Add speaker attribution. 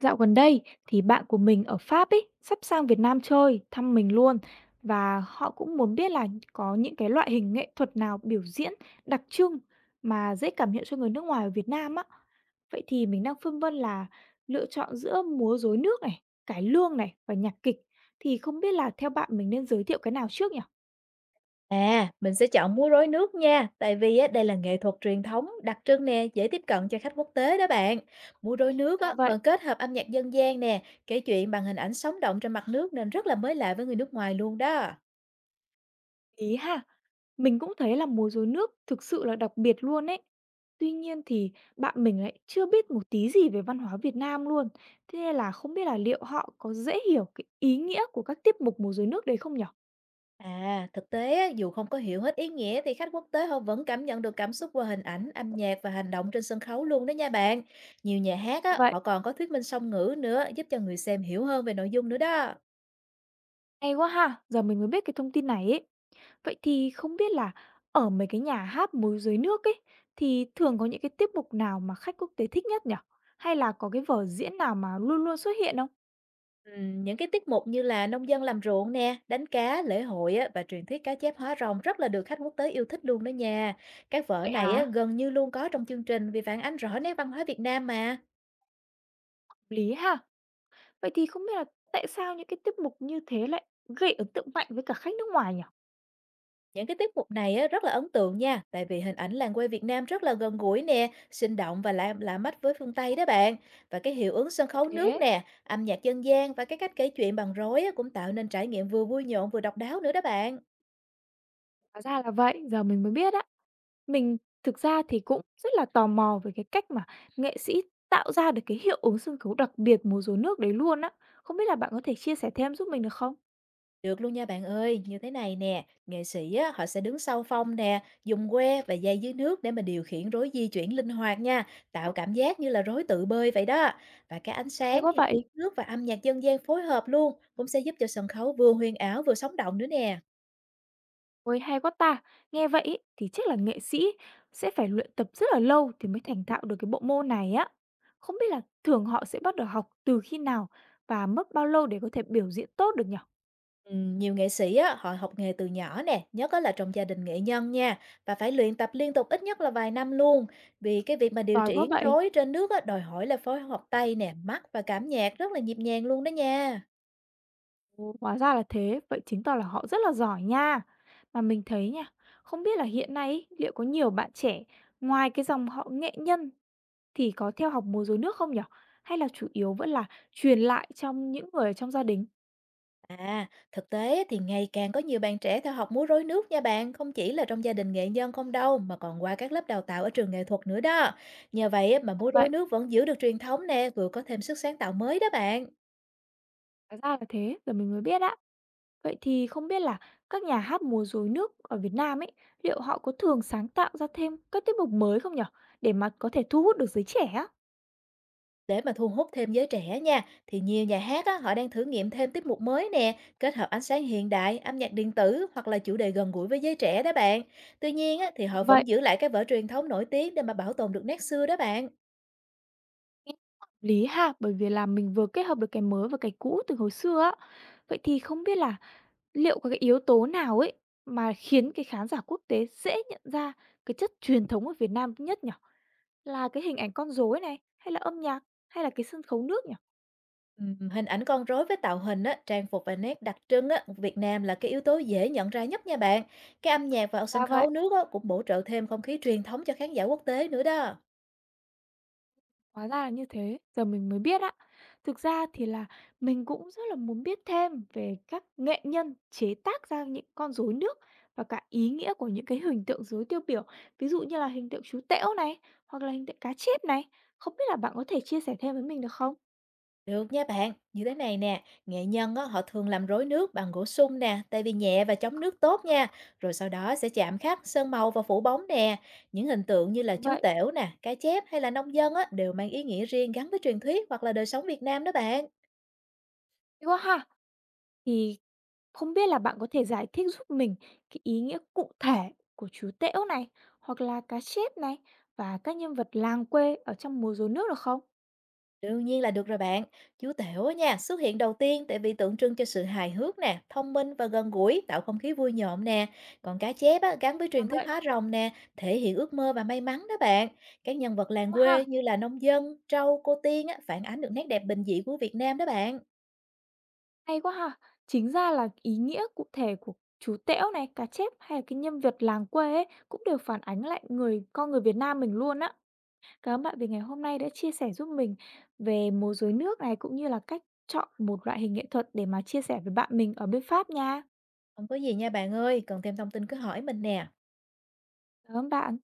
Speaker 1: Dạo gần đây thì bạn của mình ở Pháp ấy sắp sang Việt Nam chơi, thăm mình luôn và họ cũng muốn biết là có những cái loại hình nghệ thuật nào biểu diễn đặc trưng mà dễ cảm nhận cho người nước ngoài ở Việt Nam á. Vậy thì mình đang phân vân là lựa chọn giữa múa rối nước này, cải lương này và nhạc kịch, thì không biết là theo bạn mình nên giới thiệu cái nào trước nhỉ?
Speaker 2: À, mình sẽ chọn múa rối nước nha, tại vì á, đây là nghệ thuật truyền thống đặc trưng nè, dễ tiếp cận cho khách quốc tế đó bạn. Múa rối nước
Speaker 1: Dạ
Speaker 2: á,
Speaker 1: vậy.
Speaker 2: còn kết hợp âm nhạc dân gian nè, kể chuyện bằng hình ảnh sống động trên mặt nước nên rất là mới lạ với người nước ngoài luôn đó.
Speaker 1: Ý ha. Mình cũng thấy là múa rối nước thực sự là đặc biệt luôn ấy. Tuy nhiên thì bạn mình lại chưa biết một tí gì về văn hóa Việt Nam luôn. Thế nên là không biết là liệu họ có dễ hiểu cái ý nghĩa của các tiết mục múa rối nước đấy không nhở?
Speaker 2: À, thực tế á, dù không có hiểu hết ý nghĩa thì khách quốc tế họ vẫn cảm nhận được cảm xúc qua hình ảnh, âm nhạc và hành động trên sân khấu luôn đó nha bạn. Nhiều nhà hát á,
Speaker 1: Vậy,
Speaker 2: họ còn có thuyết minh song ngữ nữa giúp cho người xem hiểu hơn về nội dung nữa đó.
Speaker 1: hay quá ha, giờ mình mới biết cái thông tin này ấy. Vậy thì không biết là ở mấy cái nhà hát múa rối nước ấy thì thường có những cái tiết mục nào mà khách quốc tế thích nhất nhở? Hay là có cái vở diễn nào mà luôn luôn xuất hiện không?
Speaker 2: Những cái tiết mục như là nông dân làm ruộng nè, đánh cá, lễ hội á, và truyền thuyết cá chép hóa rồng rất là được khách quốc tế yêu thích luôn đó nha. Các vở
Speaker 1: Vậy
Speaker 2: này á,
Speaker 1: hả?
Speaker 2: gần như luôn có trong chương trình vì phản ánh rõ nét văn hóa Việt Nam mà.
Speaker 1: Lý ha. Vậy thì không biết là tại sao những cái tiết mục như thế lại gây ấn tượng mạnh với cả khách nước ngoài nhỉ?
Speaker 2: Những cái tiết mục này á, rất là ấn tượng nha, tại vì hình ảnh làng quê Việt Nam rất là gần gũi nè, sinh động và lạ, lạ mắt với phương Tây đó bạn. Và cái hiệu ứng sân
Speaker 1: Là
Speaker 2: khấu nước
Speaker 1: thế,
Speaker 2: nè, âm nhạc dân gian và cái cách kể chuyện bằng rối á, cũng tạo nên trải nghiệm vừa vui nhộn vừa độc đáo nữa đó bạn.
Speaker 1: hóa ra là vậy, giờ mình mới biết á. Mình thực ra thì cũng rất là tò mò về cái cách mà nghệ sĩ tạo ra được cái hiệu ứng sân khấu đặc biệt múa rối nước đấy luôn á. Không biết là bạn có thể chia sẻ thêm giúp mình được không?
Speaker 2: Được luôn nha bạn ơi, như thế này nè, nghệ sĩ á, họ sẽ đứng sau phong nè, dùng que và dây dưới nước để mà điều khiển rối di chuyển linh hoạt nha, tạo cảm giác như là rối tự bơi vậy đó. Và cái ánh
Speaker 1: Hay
Speaker 2: sáng,
Speaker 1: quá
Speaker 2: thì
Speaker 1: vậy,
Speaker 2: nước và âm nhạc dân gian phối hợp luôn, cũng sẽ giúp cho sân khấu vừa huyền ảo vừa sống động nữa nè.
Speaker 1: ôi hay quá ta. Nghe vậy ý, thì chắc là nghệ sĩ sẽ phải luyện tập rất là lâu thì mới thành thạo được cái bộ môn này á. Không biết là thường họ sẽ bắt đầu học từ khi nào và mất bao lâu để có thể biểu diễn tốt được nhỉ?
Speaker 2: Ừ, nhiều nghệ sĩ á, họ học nghề từ nhỏ nè, nhất á là trong gia đình nghệ nhân nha, và phải luyện tập liên tục ít nhất là vài năm luôn. Vì cái việc mà điều
Speaker 1: Giỏi quá
Speaker 2: chỉnh
Speaker 1: vậy!
Speaker 2: rối trên nước á, đòi hỏi là phối hợp tay nè, mắt và cảm nhạc rất là nhịp nhàng luôn đó nha.
Speaker 1: Ồ, hóa ra là thế, vậy chứng tỏ là họ rất là giỏi nha. Mà mình thấy nha, không biết là hiện nay ấy, liệu có nhiều bạn trẻ ngoài cái dòng họ nghệ nhân thì có theo học múa rối nước không nhở? Hay là chủ yếu vẫn là truyền lại trong những người ở trong gia đình?
Speaker 2: À, thực tế thì ngày càng có nhiều bạn trẻ theo học múa rối nước nha bạn, không chỉ là trong gia đình nghệ nhân không đâu mà còn qua các lớp đào tạo ở trường nghệ thuật nữa đó. Nhờ vậy á, mà
Speaker 1: À,
Speaker 2: múa rối
Speaker 1: vậy,
Speaker 2: nước vẫn giữ được truyền thống nè, vừa có thêm sức sáng tạo mới đó bạn.
Speaker 1: hóa ra là thế, giờ mình mới biết á. Vậy thì không biết là các nhà hát múa rối nước ở Việt Nam ấy, liệu họ có thường sáng tạo ra thêm các tiết mục mới không nhở? Để mà có thể thu hút được giới trẻ á?
Speaker 2: Để mà thu hút thêm giới trẻ nha, thì nhiều nhà hát á, họ đang thử nghiệm thêm tiết mục mới nè, kết hợp ánh sáng hiện đại, âm nhạc điện tử hoặc là chủ đề gần gũi với giới trẻ đó bạn. Tuy nhiên á, thì
Speaker 1: Dạ
Speaker 2: họ
Speaker 1: vậy.
Speaker 2: vẫn giữ lại cái vở truyền thống nổi tiếng để mà bảo tồn được nét xưa đó bạn.
Speaker 1: Nghe hợp lý ha, bởi vì là mình vừa kết hợp được cái mới và cái cũ từ hồi xưa á. Vậy thì không biết là liệu có cái yếu tố nào ấy mà khiến cái khán giả quốc tế dễ nhận ra cái chất truyền thống ở Việt Nam nhất nhỉ? Là cái hình ảnh con rối này, hay là âm nhạc, hay là cái sân khấu nước nhỉ?
Speaker 2: Hình ảnh con rối với tạo hình á, trang phục và nét đặc trưng á, của Việt Nam là cái yếu tố dễ nhận ra nhất nha bạn. Cái âm nhạc và sân
Speaker 1: Dạ vậy.
Speaker 2: khấu nước á, cũng bổ trợ thêm không khí truyền thống cho khán giả quốc tế nữa đó.
Speaker 1: Hóa ra là như thế, giờ mình mới biết á. Thực ra thì là mình cũng rất là muốn biết thêm về các nghệ nhân chế tác ra những con rối nước và cả ý nghĩa của những cái hình tượng rối tiêu biểu, ví dụ như là hình tượng chú tểu này, hoặc là hình tượng cá chép này. Không biết là bạn có thể chia sẻ thêm với mình được không?
Speaker 2: Được nha bạn, như thế này nè, nghệ nhân á, họ thường làm rối nước bằng gỗ sung nè, tại vì nhẹ và chống nước tốt nha. Rồi sau đó sẽ chạm khắc, sơn màu và phủ bóng nè. Những hình tượng như
Speaker 1: Dạ
Speaker 2: là chú
Speaker 1: vậy.
Speaker 2: tểu nè, cá chép hay là nông dân á, đều mang ý nghĩa riêng gắn với truyền thuyết hoặc là đời sống Việt Nam đó bạn.
Speaker 1: Thế quá ha. Thì không biết là bạn có thể giải thích giúp mình cái ý nghĩa cụ thể của chú tểu này, hoặc là cá chép này và các nhân vật làng quê ở trong múa rối nước được không?
Speaker 2: Đương nhiên là được rồi bạn. Chú Tểu á nha, xuất hiện đầu tiên tại vì tượng trưng cho sự hài hước nè, thông minh và gần gũi, tạo không khí vui nhộn nè. Còn cá chép á, gắn với
Speaker 1: Dạ
Speaker 2: truyền thuyết
Speaker 1: vậy.
Speaker 2: hóa rồng nè, thể hiện ước mơ và may mắn đó bạn. Các nhân vật làng
Speaker 1: Đúng
Speaker 2: quê
Speaker 1: ha.
Speaker 2: như là nông dân, trâu, cô tiên á, phản ánh được nét đẹp bình dị của Việt Nam đó bạn.
Speaker 1: Hay quá ha! Chính ra là ý nghĩa cụ thể của chú tểu này, cá chép hay là cái nhân vật làng quê ấy, cũng đều phản ánh lại người con người Việt Nam mình luôn á. Cảm ơn bạn vì ngày hôm nay đã chia sẻ giúp mình về múa rối nước này, cũng như là cách chọn một loại hình nghệ thuật để mà chia sẻ với bạn mình ở bên Pháp nha.
Speaker 2: Không có gì nha bạn ơi, cần thêm thông tin cứ hỏi mình nè.
Speaker 1: Cảm ơn bạn.